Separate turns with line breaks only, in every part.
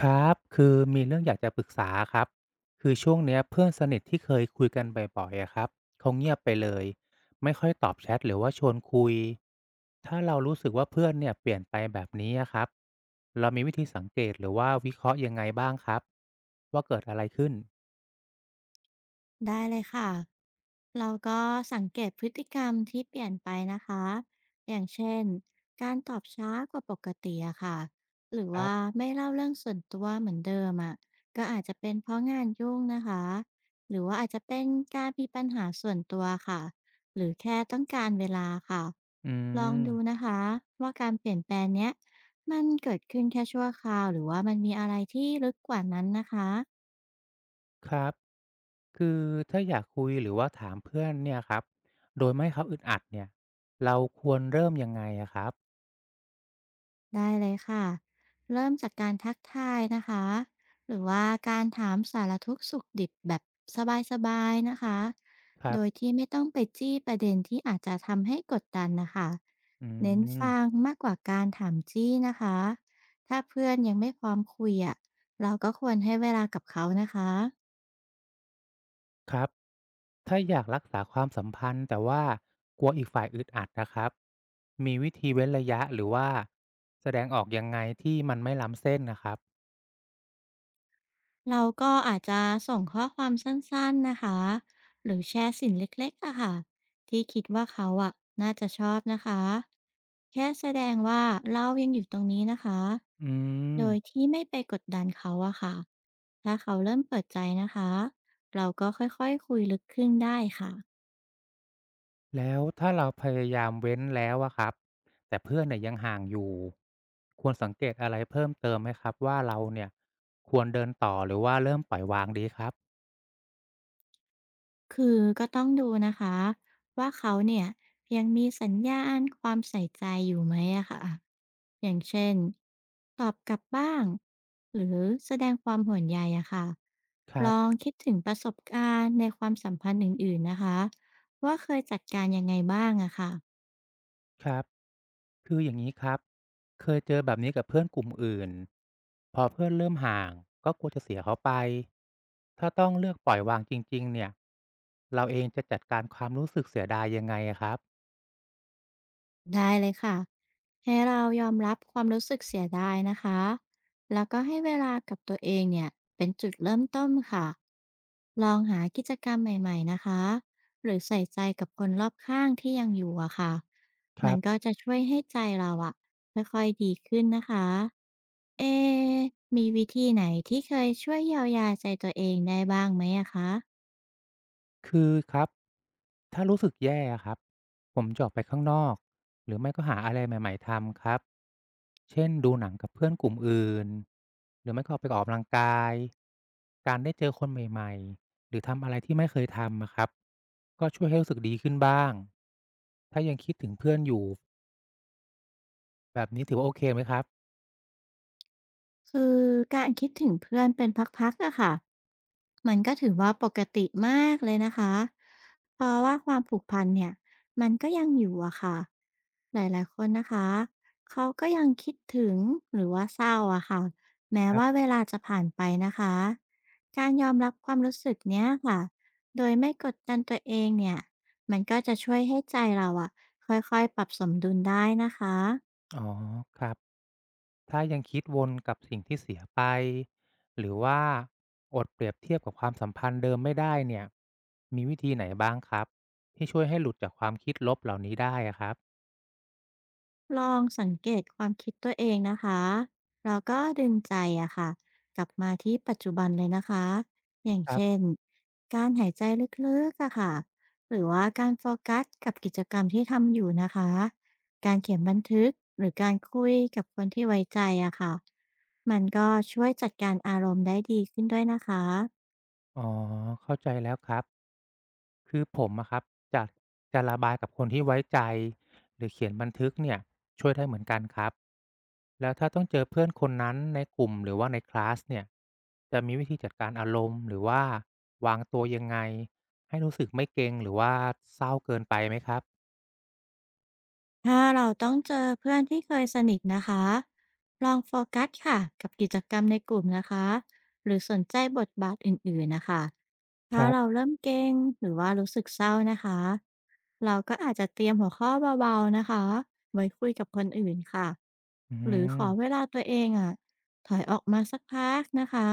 ครับคือมีเรื่องอยากจะปรึกษาครับคือช่วงเนี้ยเพื่อนสนิทที่เคยคุยกันบ่อยๆอะครับเขาเงียบไปเลยไม่ค่อยตอบแชทหรือว่าชวนคุยถ้าเรารู้สึกว่าเพื่อนเนี่ยเปลี่ยนไปแบบนี้อะครับเรามีวิธีสังเกตหรือว่าวิเคราะห์ยังไงบ้างครับว่าเกิดอะไรขึ้น
ได้เลยค่ะ เราก็สังเกตพฤติกรรมที่เปลี่ยนไปนะคะ อย่างเช่น การตอบช้ากว่าปกติอะค่ะ หรือ
ครั
ว่า
บ
ไม่เล่าเรื่องส่วนตัวเหมือนเดิมอะก็อาจจะเป็นเพราะงานยุ่งนะคะหรือว่าอาจจะเป็นการมีปัญหาส่วนตัวค่ะหรือแค่ต้องการเวลาค่ะ
อื
ลอง
ม
ดูนะคะว่าการเปลี่ยนแปลงเนี้ยมันเกิดขึ้นแค่ชั่วคราวหรือว่ามันมีอะไรที่ลึกกว่านั้นนะคะ
ครับคือถ้าอยากคุยหรือว่าถามเพื่อนเนี่ยครับโดยไม่ให้เขาอึดอัดเนี่ยเราควรเริ่มยังไงอะครับ
ได้เลยค่ะ เริ่มจากการทักทายนะคะ หรือว่าการถามสารทุกข์สุขดิบแบบสบายๆนะคะ
ครั
โดย
บ
ที่ไม่ต้องไปจี้ประเด็นที่อาจจะทำให้กดดันนะคะ
อื
เน้นฟัง
ม
มากกว่าการถามจี้นะคะ ถ้าเพื่อนยังไม่พร้อมคุยอ่ะเราก็ควรให้เวลากับเขานะคะ
ครับ ถ้าอยากรักษาความสัมพันธ์แต่ว่ากลัวอีกฝ่ายอึดอัดนะครับมีวิธีเว้นระยะหรือว่าแสดงออกยังไงที่มันไม่ล้ำเส้นนะครับ
เราก็อาจจะส่งข้อความสั้นๆนะคะ หรือแชร์สิ่งเล็กๆอะค่ะที่คิดว่าเขาอะน่าจะชอบนะคะ แค่แสดงว่าเรายังอยู่ตรงนี้นะคะ
อืม
โดยที่ไม่ไปกดดันเขาอะค่ะ ถ้าเขาเริ่มเปิดใจนะคะ เราก็ค่อยๆคุยลึกขึ้นได้ค่ะ
แล้วถ้าเราพยายามเว้นแล้วอะครับแต่เพื่อนเนี่ยยังห่างอยู่ควรสังเกตอะไรเพิ่มเติมไหมครับว่าเราเนี่ยควรเดินต่อหรือว่าเริ่มปล่อยวางดีครับ
คือก็ต้องดูนะคะว่าเขาเนี่ยยังมีสัญญาณความใส่ใจอยู่ไหมอะค่ะอย่างเช่นตอบกลับบ้างหรือแสดงความห่วงใยอะค่ะ
ครั
ลอง
บ
คิดถึงประสบการณ์ในความสัมพันธ์อื่นๆนะคะว่าเคยจัดการยังไงบ้างอะค่ะ
ครับคืออย่างนี้ครับเคยเจอแบบนี้กับเพื่อนกลุ่มอื่นพอเพื่อนเริ่มห่างก็กลัวจะเสียเขาไปถ้าต้องเลือกปล่อยวางจริงๆเนี่ยเราเองจะจัดการความรู้สึกเสียดายยังไงอะครับ
ได้เลยค่ะให้เรายอมรับความรู้สึกเสียดายนะคะแล้วก็ให้เวลากับตัวเองเนี่ยเป็นจุดเริ่มต้นค่ะลองหากิจกรรมใหม่ๆนะคะหรือใส่ใจกับคนรอบข้างที่ยังอยู่อะค่ะ
ครั
มันก็
บ
จะช่วยให้ใจเราอะค่อยๆดีขึ้นนะคะเอะมีวิธีไหนที่เคยช่วยเยียวยาใจตัวเองได้บ้างไหมอะคะ
คือครับถ้ารู้สึกแย่อะครับผมจะออกไปข้างนอกหรือไม่ก็หาอะไรใหม่ๆทำครับเช่นดูหนังกับเพื่อนกลุ่มอื่นหรือไม่ก็ออกไปออกกำลังกายการได้เจอคนใหม่ๆหรือทำอะไรที่ไม่เคยทำอะครับก็ช่วยให้รู้สึกดีขึ้นบ้างถ้ายังคิดถึงเพื่อนอยู่แบบนี้ถือว่าโอเคไหมครับ
คือการคิดถึงเพื่อนเป็นพักๆอะค่ะมันก็ถือว่าปกติมากเลยนะคะเพราะว่าความผูกพันเนี่ยมันก็ยังอยู่อะค่ะหลายๆคนนะคะเขาก็ยังคิดถึงหรือว่าเศร้าอะค่ะแม้
ครั
ว่า
บ
เวลาจะผ่านไปนะคะการยอมรับความรู้สึกเนี้ยค่ะโดยไม่กดดันตัวเองเนี่ยมันก็จะช่วยให้ใจเราอะค่อยๆปรับสมดุลได้นะคะ
อ๋อครับ ถ้ายังคิดวนกับสิ่งที่เสียไปหรือว่าอดเปรียบเทียบกับความสัมพันธ์เดิมไม่ได้เนี่ยมีวิธีไหนบ้างครับที่ช่วยให้หลุดจากความคิดลบเหล่านี้ได้อะครับ
ลองสังเกตความคิดตัวเองนะคะแล้วก็ดึงใจอะค่ะกลับมาที่ปัจจุบันเลยนะคะ อย่าง
ครั
เช่น
บ
การหายใจลึกๆอะค่ะหรือว่าการโฟกัสกับกิจกรรมที่ทำอยู่นะคะ การเขียนบันทึกหรือการคุยกับคนที่ไว้ใจอะค่ะมันก็ช่วยจัดการอารมณ์ได้ดีขึ้นด้วยนะคะ
อ๋อเข้าใจแล้วครับ คือผมอะครับจะจะระบายกับคนที่ไว้ใจหรือเขียนบันทึกเนี่ยช่วยได้เหมือนกันครับแล้วถ้าต้องเจอเพื่อนคนนั้นในกลุ่มหรือว่าในคลาสเนี่ยจะมีวิธีจัดการอารมณ์หรือว่าวางตัวยังไงให้รู้สึกไม่เกร็งหรือว่าเศร้าเกินไปไหมครับ
ถ้าเราต้องเจอเพื่อนที่เคยสนิทนะคะลองโฟกัสค่ะกับกิจกรรมในกลุ่มนะคะหรือสนใจบทบาทอื่นๆนะคะ
ค
ถ้า
รั
เรา
บ
เริ่มเกรงหรือว่ารู้สึกเศร้านะคะเราก็อาจจะเตรียมหัวข้อเบาๆนะคะไว้คุยกับคนอื่นค่ะ
อื
หรือข
ม
อเวลาตัวเองอ่ะถอยออกมาสักพักนะคะ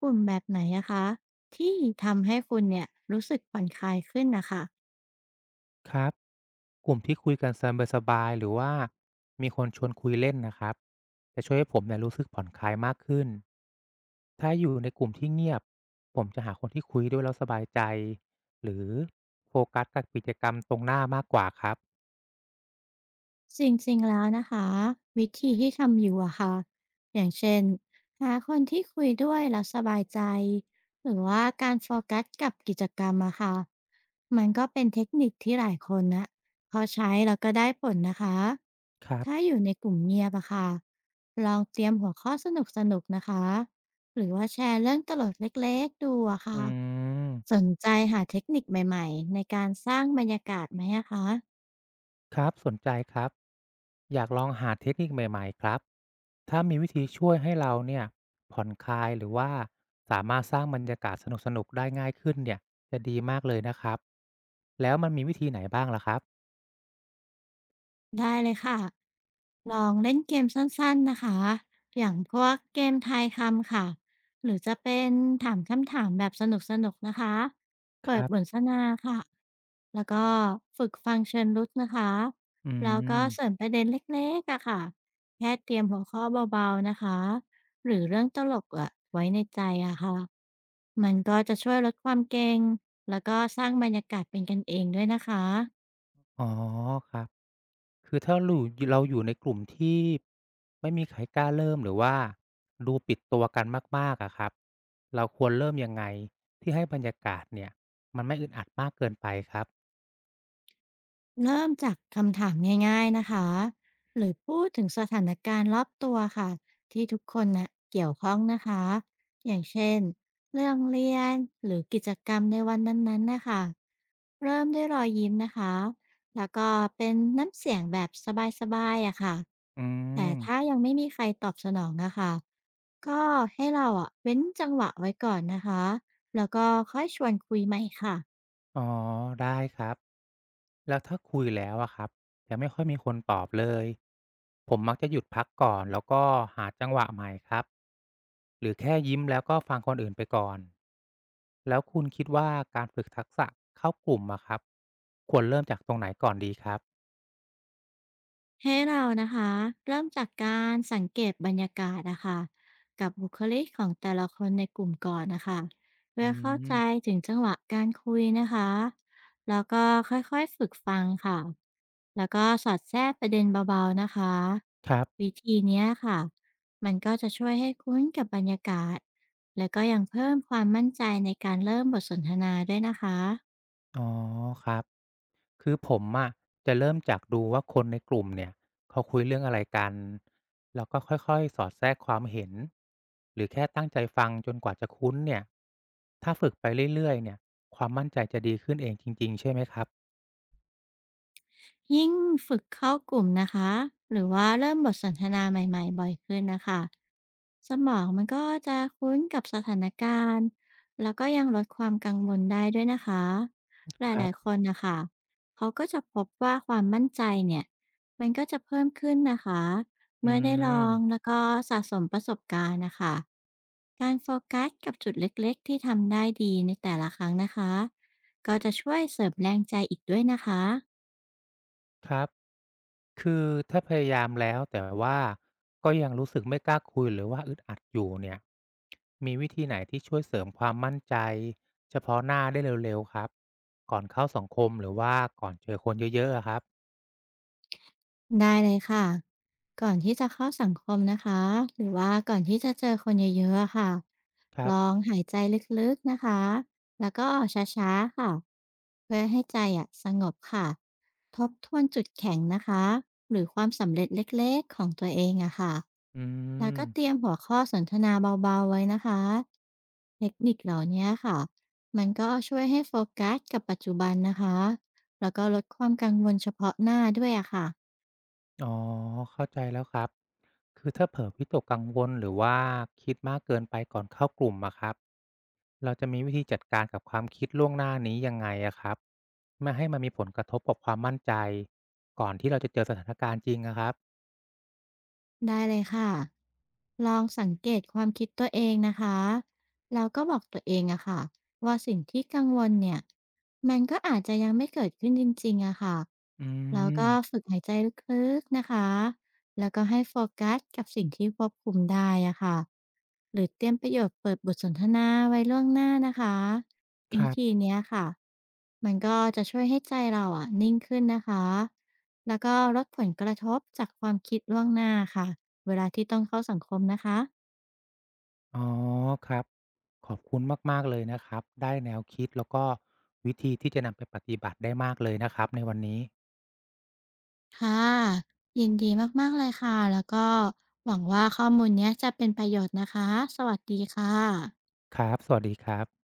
กลุ่มแบบไหนนะคะที่ทำให้คุณเนี่ยรู้สึกผ่อนคลายขึ้นนะคะ
ครับกลุ่มที่คุยกันสบายๆหรือว่ามีคนชวนคุยเล่นนะครับจะช่วยให้ผมเนี่ยรู้สึกผ่อนคลายมากขึ้นถ้าอยู่ในกลุ่มที่เงียบผมจะหาคนที่คุยด้วยแล้วสบายใจหรือโฟกัสกับกิจกรรมตรงหน้ามากกว่าครับ
จริงๆ แล้วนะคะวิธีที่ทำอยู่อะค่ะอย่างเช่นหาคนที่คุยด้วยแล้วสบายใจหรือว่าการโฟกัสกับกิจกรรมอะค่ะมันก็เป็นเทคนิคที่หลายคนนะเขาใช้แล้วก็ได้ผลนะคะ
ครั
ถ้า
บ
อยู่ในกลุ่มเงียบอะค่ะลองเตรียมหัวข้อสนุกๆ นะคะหรือว่าแชร์เรื่องตลกเล็กๆ ดูอะ
อื
ค่ะ
ม
สนใจหาเทคนิคใหม่ๆ ในการสร้างบรรยากาศไหมอะคะ
ครับสนใจครับอยากลองหาเทคนิคใหม่ๆครับถ้ามีวิธีช่วยให้เราเนี่ยผ่อนคลายหรือว่าสามารถสร้างบรรยากาศสนุกๆได้ง่ายขึ้นเนี่ยจะดีมากเลยนะครับแล้วมันมีวิธีไหนบ้างล่ะครับ
ได้เลยค่ะ ลองเล่นเกมสั้นๆนะคะอย่างพวกเกมทายคำค่ะ หรือจะเป็นถามคำถามแบบสนุกๆนะคะ
ค
เปิด
รั
บ
บ
ทสนทนาค่ะแล้วก็ฝึกฟังเชิงลึกนะคะ
อื
แล้วก็เสริ
ม
มประเด็นเล็กๆอะค่ะแค่เตรียมหัวข้อเบาๆนะคะ หรือเรื่องตลกอะไว้ในใจอะค่ะมันก็จะช่วยลดความเกร็งแล้วก็สร้างบรรยากาศเป็นกันเองด้วยนะคะ
อ๋อครับคือถ้าหลู่เราอยู่ในกลุ่มที่ไม่มีใครกล้าเริ่มหรือว่าดูปิดตัวกันมากๆอะครับเราควรเริ่มยังไงที่ให้บรรยากาศเนี่ยมันไม่อึดอัดมากเกินไปครับ
เริ่มจากคำถามง่ายๆนะคะหรือพูดถึงสถานการณ์รอบตัวค่ะที่ทุกคนนะเกี่ยวข้องนะคะอย่างเช่นเรื่องเรียนหรือกิจกรรมในวันนั้นๆนะคะเริ่มด้วยรอยยิ้มนะคะแล้วก็เป็นน้ำเสียงแบบสบายๆอะค่ะ
อื
แต่ถ้า
ม
ยังไม่มีใครตอบสนองนะคะก็ให้เราอะเว้นจังหวะไว้ก่อนนะคะแล้วก็ค่อยชวนคุยใหม่ค่ะ
อ๋อได้ครับแล้วถ้าคุยแล้วอะครับแต่ไม่ค่อยมีคนตอบเลยผมมักจะหยุดพักก่อนแล้วก็หาจังหวะใหม่ครับหรือแค่ยิ้มแล้วก็ฟังคนอื่นไปก่อนแล้วคุณคิดว่าการฝึกทักษะเข้ากลุ่มอะครับควรเริ่มจากตรงไหนก่อนดีครับ
ให้เรานะคะเริ่มจากการสังเกตบรรยากาศนะคะกับบุคลิกของแต่ละคนในกลุ่มก่อนนะคะ
อื
เพื่อเข้าใจ
ม
ถึงจังหวะการคุยนะคะแล้วก็ค่อยๆฝึกฟังค่ะแล้วก็สอดแทรกประเด็นเบาๆนะคะ
ครับ
วิธีเนี้ยค่ะมันก็จะช่วยให้คุ้นกับบรรยากาศและก็ยังเพิ่มความมั่นใจในการเริ่มบทสนทนาด้วยนะคะ
อ๋อครับ คือผมอะจะเริ่มจากดูว่าคนในกลุ่มเนี่ยเขาคุยเรื่องอะไรกันแล้วก็ค่อยๆสอดแทรกความเห็นหรือแค่ตั้งใจฟังจนกว่าจะคุ้นเนี่ยถ้าฝึกไปเรื่อยๆเนี่ยความมั่นใจครับ
ยิ่งฝึกเข้ากลุ่มนะคะหรือว่าเริ่มบทสนทนาใหม่ๆบ่อยขึ้นนะคะสมองมันก็จะคุ้นกับสถานการณ์ แล้วก็ยังลดความกังวลได้ด้วยนะคะ ห
ครั
ลาย
บ
ๆคนนะคะเขาก็จะพบว่าความมั่นใจเนี่ยมันก็จะเพิ่มขึ้นนะคะ
อื
เมื่อได้ลอง
ม
แล้วก็สะสมประสบการณ์นะคะการโฟกัสกับจุดเล็กๆที่ทำได้ดีในแต่ละครั้งนะคะก็จะช่วยเสริมแรงใจอีกด้วยนะคะ
ครับคือถ้าพยายามแล้วแต่ว่าก็ยังรู้สึกไม่กล้าคุยหรือว่าอึดอัดอยู่เนี่ยมีวิธีไหนที่ช่วยเสริมความมั่นใจเฉพาะหน้าได้เร็วๆครับก่อนเข้าสังคมหรือว่าก่อนเจอคนเยอะๆอะครับ
ได้เลยค่ะก่อนที่จะเข้าสังคมนะคะหรือว่าก่อนที่จะเจอคนเยอะๆอะค่ะ
ครั
ลอ
บ
งหายใจลึกๆนะคะแล้วก็ออช้าๆค่ะเพื่อให้ใจอะสงบค่ะทบทวนจุดแข็งนะคะหรือความสำเร็จเล็กๆของตัวเองอะค่ะ
อื
แล้วก็เตรีย
ม
มหัวข้อสนทนาเบาๆไว้นะคะเทคนิคเหล่าเนี้ยค่ะมันก็ช่วยให้โฟกัสกับปัจจุบันนะคะแล้วก็ลดความกังวลเฉพาะหน้าด้วยอะค่ะ
อ๋อ เข้าใจแล้วครับ คือถ้าเผลอวิตกกังวลหรือว่าคิดมากเกินไปก่อนเข้ากลุ่มอะครับ เราจะมีวิธีจัดการกับความคิดล่วงหน้านี้ยังไงอะครับ ไม่ให้มันมีผลกระทบกับความมั่นใจก่อนที่เราจะเจอสถานการณ์จริงอะครับ
ได้เลยค่ะลองสังเกตความคิดตัวเองนะคะ แล้วก็บอกตัวเองอะค่ะว่าสิ่งที่กังวลเนี่ย มันก็อาจจะยังไม่เกิดขึ้นจริงๆอะค่ะ
อื
แล้วก็
ม
ฝึกหายใจลึกๆนะคะ แล้วก็ให้โฟกัสกับสิ่งที่ควบคุมได้อะค่ะ หรือเตรียมประโยชน์เปิดบทสนทนาไว้ล่วงหน้านะคะ
ค
วิ
รั
ธี
บ
เนี้ยค่ะมันก็จะช่วยให้ใจเราอะนิ่งขึ้นนะคะ แล้วก็ลดผลกระทบจากความคิดล่วงหน้าค่ะ เวลาที่ต้องเข้าสังคมนะคะ
อ๋อ ครับ ขอบคุณมากๆเลยนะครับได้แนวคิดแล้วก็วิธีที่จะนำไปปฏิบัติได้มากเลยนะครับในวันนี้
ค่ะ ยินดีมากๆเลยค่ะ แล้วก็หวังว่าข้อมูลเนี้ยจะเป็นประโยชน์นะคะ สวัสดีค่ะ
ครับสวัสดีครับ